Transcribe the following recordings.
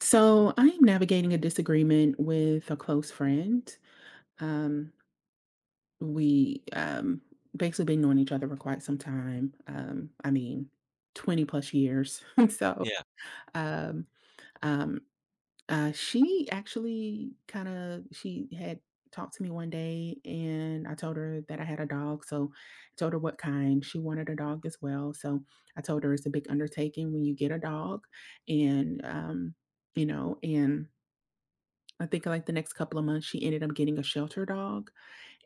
So I am navigating a disagreement with a close friend. Um, we basically been knowing each other for quite some time. 20 plus years. so Yeah, um, um, she actually kind of she had talked to me one day and I told her that I had a dog. So I told her what kind. She wanted a dog as well. So I told her it's a big undertaking when you get a dog, and um, and I think, the next couple of months, she ended up getting a shelter dog,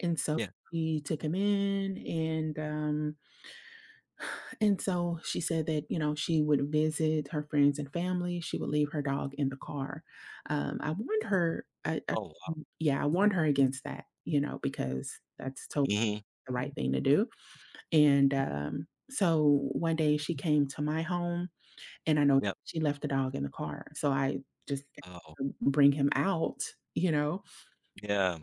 and so yeah. we took him in. And so she said that, you know, she would visit her friends and family, she would leave her dog in the car. I warned her I Oh, wow. Yeah, I warned her against that, you know, because that's totally Mhm. the right thing to do. So one day she came to my home, and I know Yep. she left the dog in the car, so I just Oh, bring him out, you know. yeah.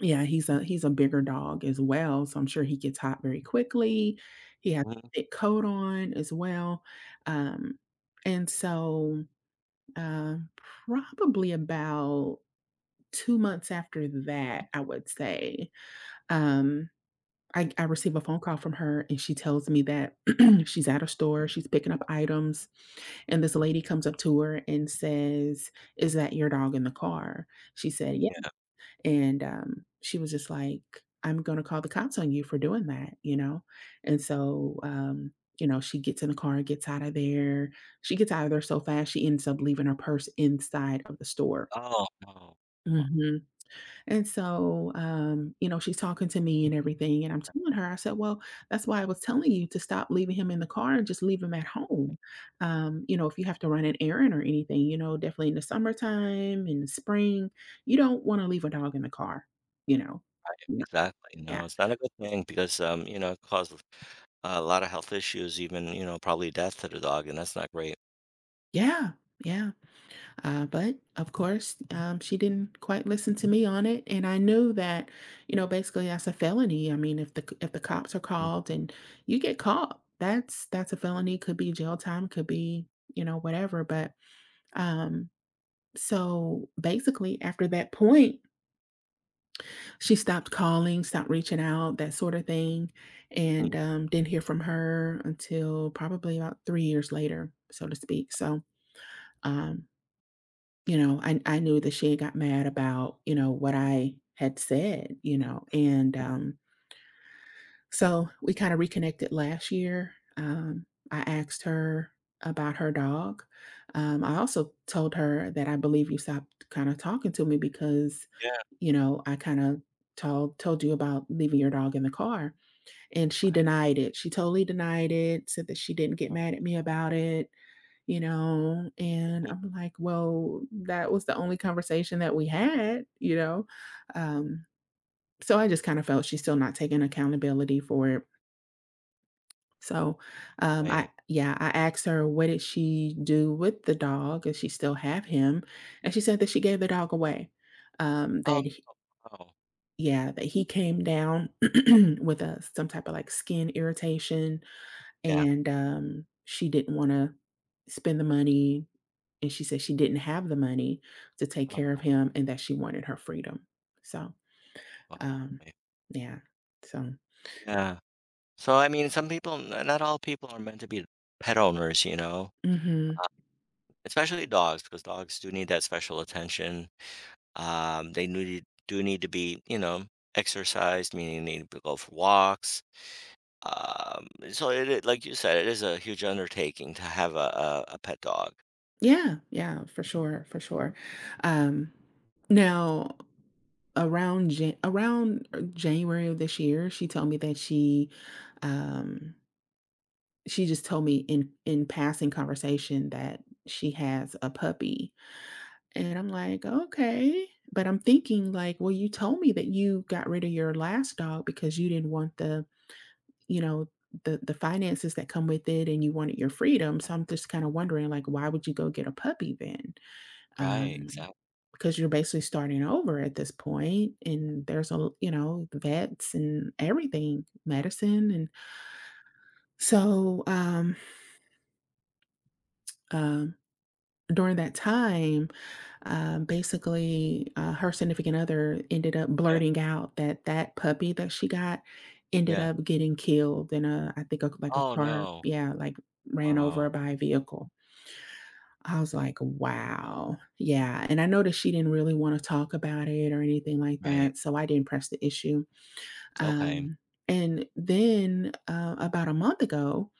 Yeah, he's a bigger dog as well, so I'm sure he gets hot very quickly. He has Mhm. a thick coat on as well. Um, and so, uh, Probably about 2 months after that, I would say, um, I receive a phone call from her, and she tells me that she's at a store, she's picking up items, and this lady comes up to her and says, "Is that your dog in the car?" She said, "Yeah." Yeah. And She was just like, "I'm going to call the cops on you for doing that, you know?" And so, um, you know, she gets in the car and gets out of there. She gets out of there so fast, she ends up leaving her purse inside of the store. Oh, no. Mhm. You know, she's talking to me and everything, and I'm telling her, I said, "Well, that's why I was telling you to stop leaving him in the car and just leave him at home. You know, if you have to run an errand or anything, you know, definitely in the summertime, in the spring, you don't want to leave a dog in the car, you know." No. Exactly. Yeah. No, it's not a good thing because, it causes a lot of health issues, even, probably death to the dog, and that's not great. Yeah. Yeah. But of course, she didn't quite listen to me on it, and I knew that, you know, basically that's a felony. I mean, if if the cops are called and you get caught, that's a felony. Could be jail time. Could be you know whatever. But um, basically, after that point, she stopped calling, stopped reaching out, that sort of thing, and Mhm. um, didn't hear from her until probably about 3 years later, so to speak. So um, you know, I knew that she had got mad about, you know, what I had said, you know. So we kinda reconnected last year. I asked her about her dog. I also told her that I believe you stopped kinda talking to me because, Yeah, you know, I kinda told you about leaving your dog in the car, and she right. denied it. She totally denied it, said that she didn't get Mhm. mad at me about it, you know? And I'm like, well, that was the only conversation that we had, you know? Um, so I just kind of felt she's still not taking accountability for it. So, Right. Yeah, I asked her, what did she do with the dog? Does she still have him? And she said that she gave the dog away. Um, Oh, that, he- oh. yeah, that he came down with some type of like skin irritation. Yeah. She didn't wanna spend the money, and she said she didn't have the money to take care of Oh, him and that she wanted her freedom. So, wow. um, Right. yeah. So. Yeah. So, I mean, some people, n not all people are meant to be pet owners, Mhm. uh, especially dogs, because dogs do need that special attention. They need do need to be, exercised, meaning they need to go for walks. So like you said, it is a huge undertaking to have a pet dog. Yeah, yeah, for sure, for sure. Um, now around Jan around, January of this year, she told me that um she just told me in passing conversation that she has a puppy. And I'm like, "Okay." But I'm thinking like, "Well, you told me that you got rid of your last dog because you didn't want the, you know, the finances that come with it and you wanted your freedom." So I'm just kinda wondering like, why would you go get a puppy then? Right, Um, exactly. because you're basically starting over at this point and there's a you know, vets and everything, medicine and so, um, um during that time, basically, her significant other ended up Yeah, blurting out that that puppy that she got ended yeah. up getting killed in a, I think, a, like a Oh car, no. yeah, like ran Wow. over by a vehicle. I was like, Oh, wow. Yeah. And I noticed she didn't really want to talk about it or anything like right. that. So I didn't press the issue. Okay. Um, and then about a month ago,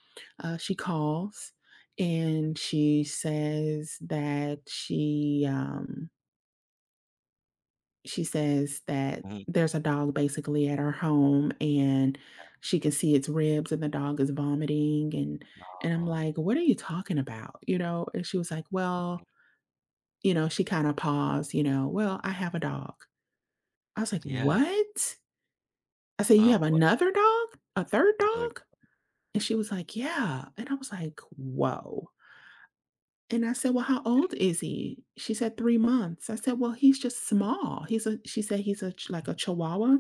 she calls and she says that she says that Mhm. there's a dog basically at her home and she can see its ribs and the dog is vomiting, and I'm Oh, like, "What are you talking about?" You know, and she was like, "Well," you know, she kind of paused, you know, "Well, I have a dog." I was like, yeah. "What?" I said, "You Oh have boy. another dog? A third Another dog?" dog. And she was like, "Yeah." And I was like, "Whoa." And I said, "Well, how Yeah, old is he?" She said, "3 months." I said, "Well, he's just small. He's a" she said, "He's a ch like a chihuahua."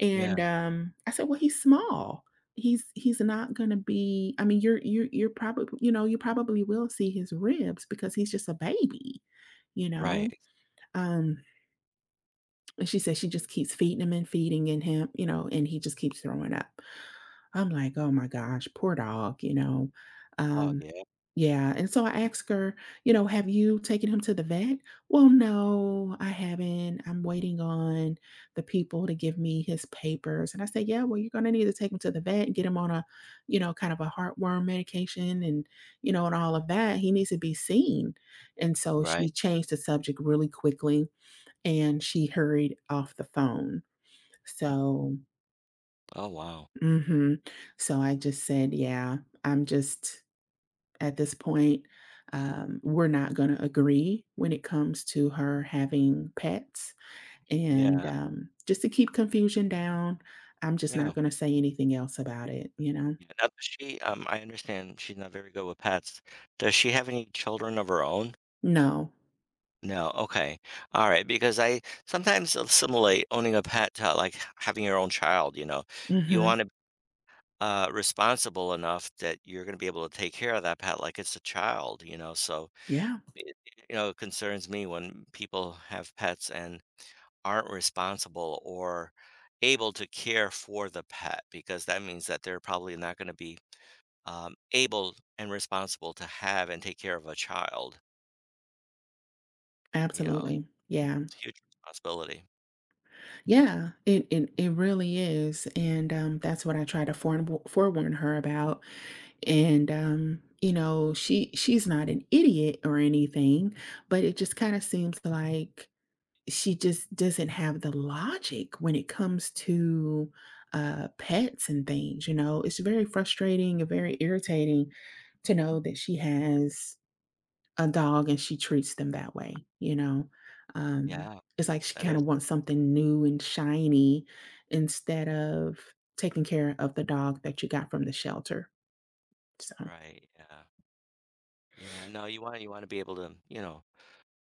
Yeah, I said, "Well, he's small. He's not gonna be I mean, you're probably you know, you probably will see his ribs because he's just a baby." You right. know? It's Um, and she said she just keeps feeding him and feeding in him, you know, and he just keeps throwing up. I'm like, "Oh my gosh, poor dog," you know? a dog. Um, Yeah. yeah, and so I asked her, you know, "Have you taken him to the vet?" "Well, no, I haven't. I'm waiting on the people to give me his papers." And I said, "Yeah, well, you're gonna need to take him to the vet and get him on a, you know, kind of a heartworm medication and, you know, and all of that. He needs to be seen." And so Right. she changed the subject really quickly and she hurried off the phone. So. Oh wow. Mhm. So I just said, "Yeah, I'm just at this point, we're not gonna agree when it comes to her having pets." Yeah. And, just to keep confusion down, I'm just not Yeah. gonna say anything else about it, you know? Yeah. Now, does she, I understand she's not very good with pets. Does she have any children of her own? No. No, okay. All right, because I sometimes assimilate owning a pet to like having your own child, you know. You Mhm. want to responsible enough that you're going to be able to take care of that pet like it's a child, So Yeah, it, it concerns me when people have pets and aren't responsible or able to care for the pet because that means that they're probably not going to be able and responsible to have and take care of a child, you know. absolutely. Yeah. Huge responsibility. Yeah, it really is, and, that's what I try to forewarn her about. And You know, she she's not an idiot or anything, but it just kind of seems like she just doesn't have the logic when it comes to pets and things, you know. It's very frustrating and very irritating to know that she has a dog and she treats them that way, you know. um Yeah, it's like she that kind is. of wants something new and shiny instead of taking care of the dog that you got from the shelter, so. Right, yeah. Yeah, no, you wanna be able to,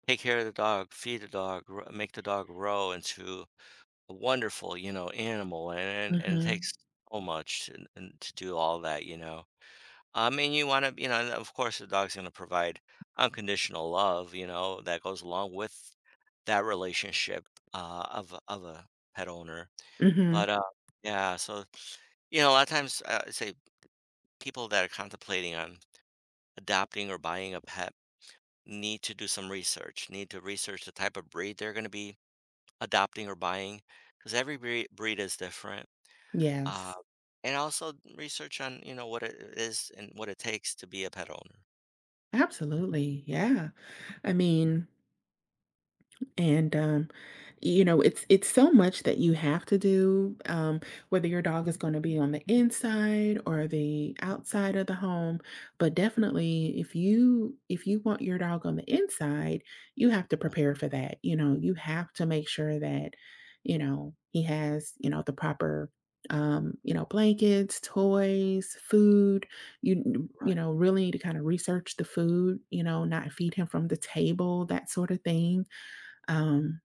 take care of the dog, feed the dog, gr make the dog grow into a wonderful, animal, and it Hmm. takes so much and to do all that, you know? And you wanna and of course, the dog's gonna provide unconditional love, that goes along with that relationship, of a pet owner, Mhm. but, yeah, so, a lot of times, I say people that are contemplating on adopting or buying a pet need to do some research, need to research the type of breed they're going to be adopting or buying because every breed is different. Uh, Yes. and also research on, what it is and what it takes to be a pet owner. Absolutely. Yeah. I mean, and you know, it's so much that you have to do, whether your dog is going to be on the inside or the outside of the home. But definitely, if you want your dog on the inside, you have to Mm, prepare for that. You know, you have to make sure that, you know, he has, you know, the proper you know, blankets, toys, food. You right. know, really need to kind of research the food, you know, not feed him from the table, that sort of thing. um,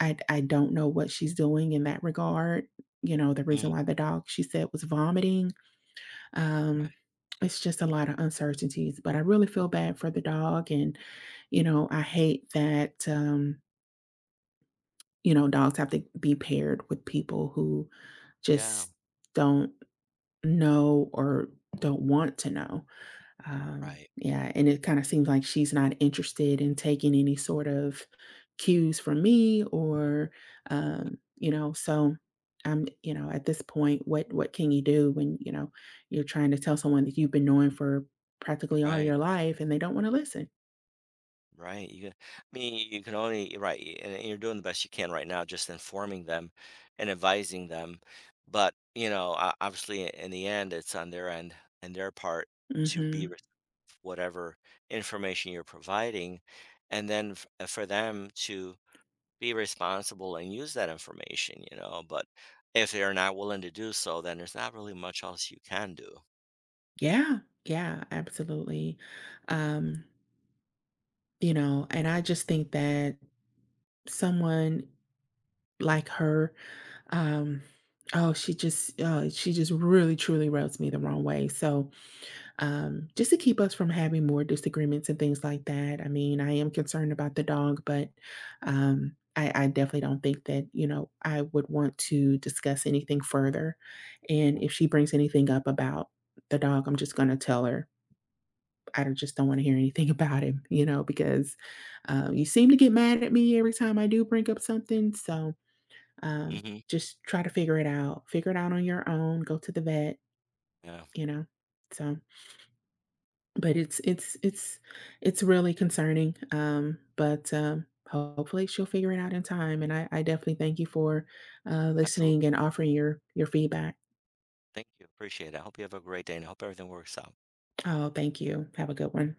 I I don't know what she's doing in that regard. You know, the reason Mm, why the dog, she said, was vomiting. Um, right. it's just a lot of uncertainties, but I really feel bad for the dog. And, you know, I hate that, you know, dogs have to be paired with people who Yeah. just don't know or don't want to know. Right. Yeah, and it kind of seems like she's not interested in taking any sort of cues from me or Yeah, you know, so I'm, you know, at this point, what can you do when, you know, you're trying to tell someone that you've been knowing for practically all right. your life and they don't want to listen? Right. I mean, you can only, right. And you're doing the best you can right now, just informing them and advising them. But, obviously in the end, it's on their end and their part to be Hmm. whatever information you're providing and then for them to be responsible and use that information, but if they're not willing to do so, then there's not really much else you can do. Yeah, yeah, absolutely. Um, you know, and I just think that someone like her Um, oh, she just really truly rubs me the wrong way. So, just to keep us from having more disagreements and things like that. I mean, I am concerned about the dog, but I definitely don't think that you know I would want to discuss anything further. And if she brings anything up about the dog, I'm just going to tell her. I don't- Just don't want to hear anything about him, you know, because you seem to get mad at me every time I do bring up something. So, um, Mm-hmm. just try to figure it out. Figure it out on your own, go to the vet, Yeah, you know? So, but it's really concerning, but, hopefully she'll figure it out in time, and I definitely thank you for, absolutely, listening and offering your feedback. thank you. Appreciate it. I hope you have a great day, and I hope everything works out. Oh, thank you. Have a good one.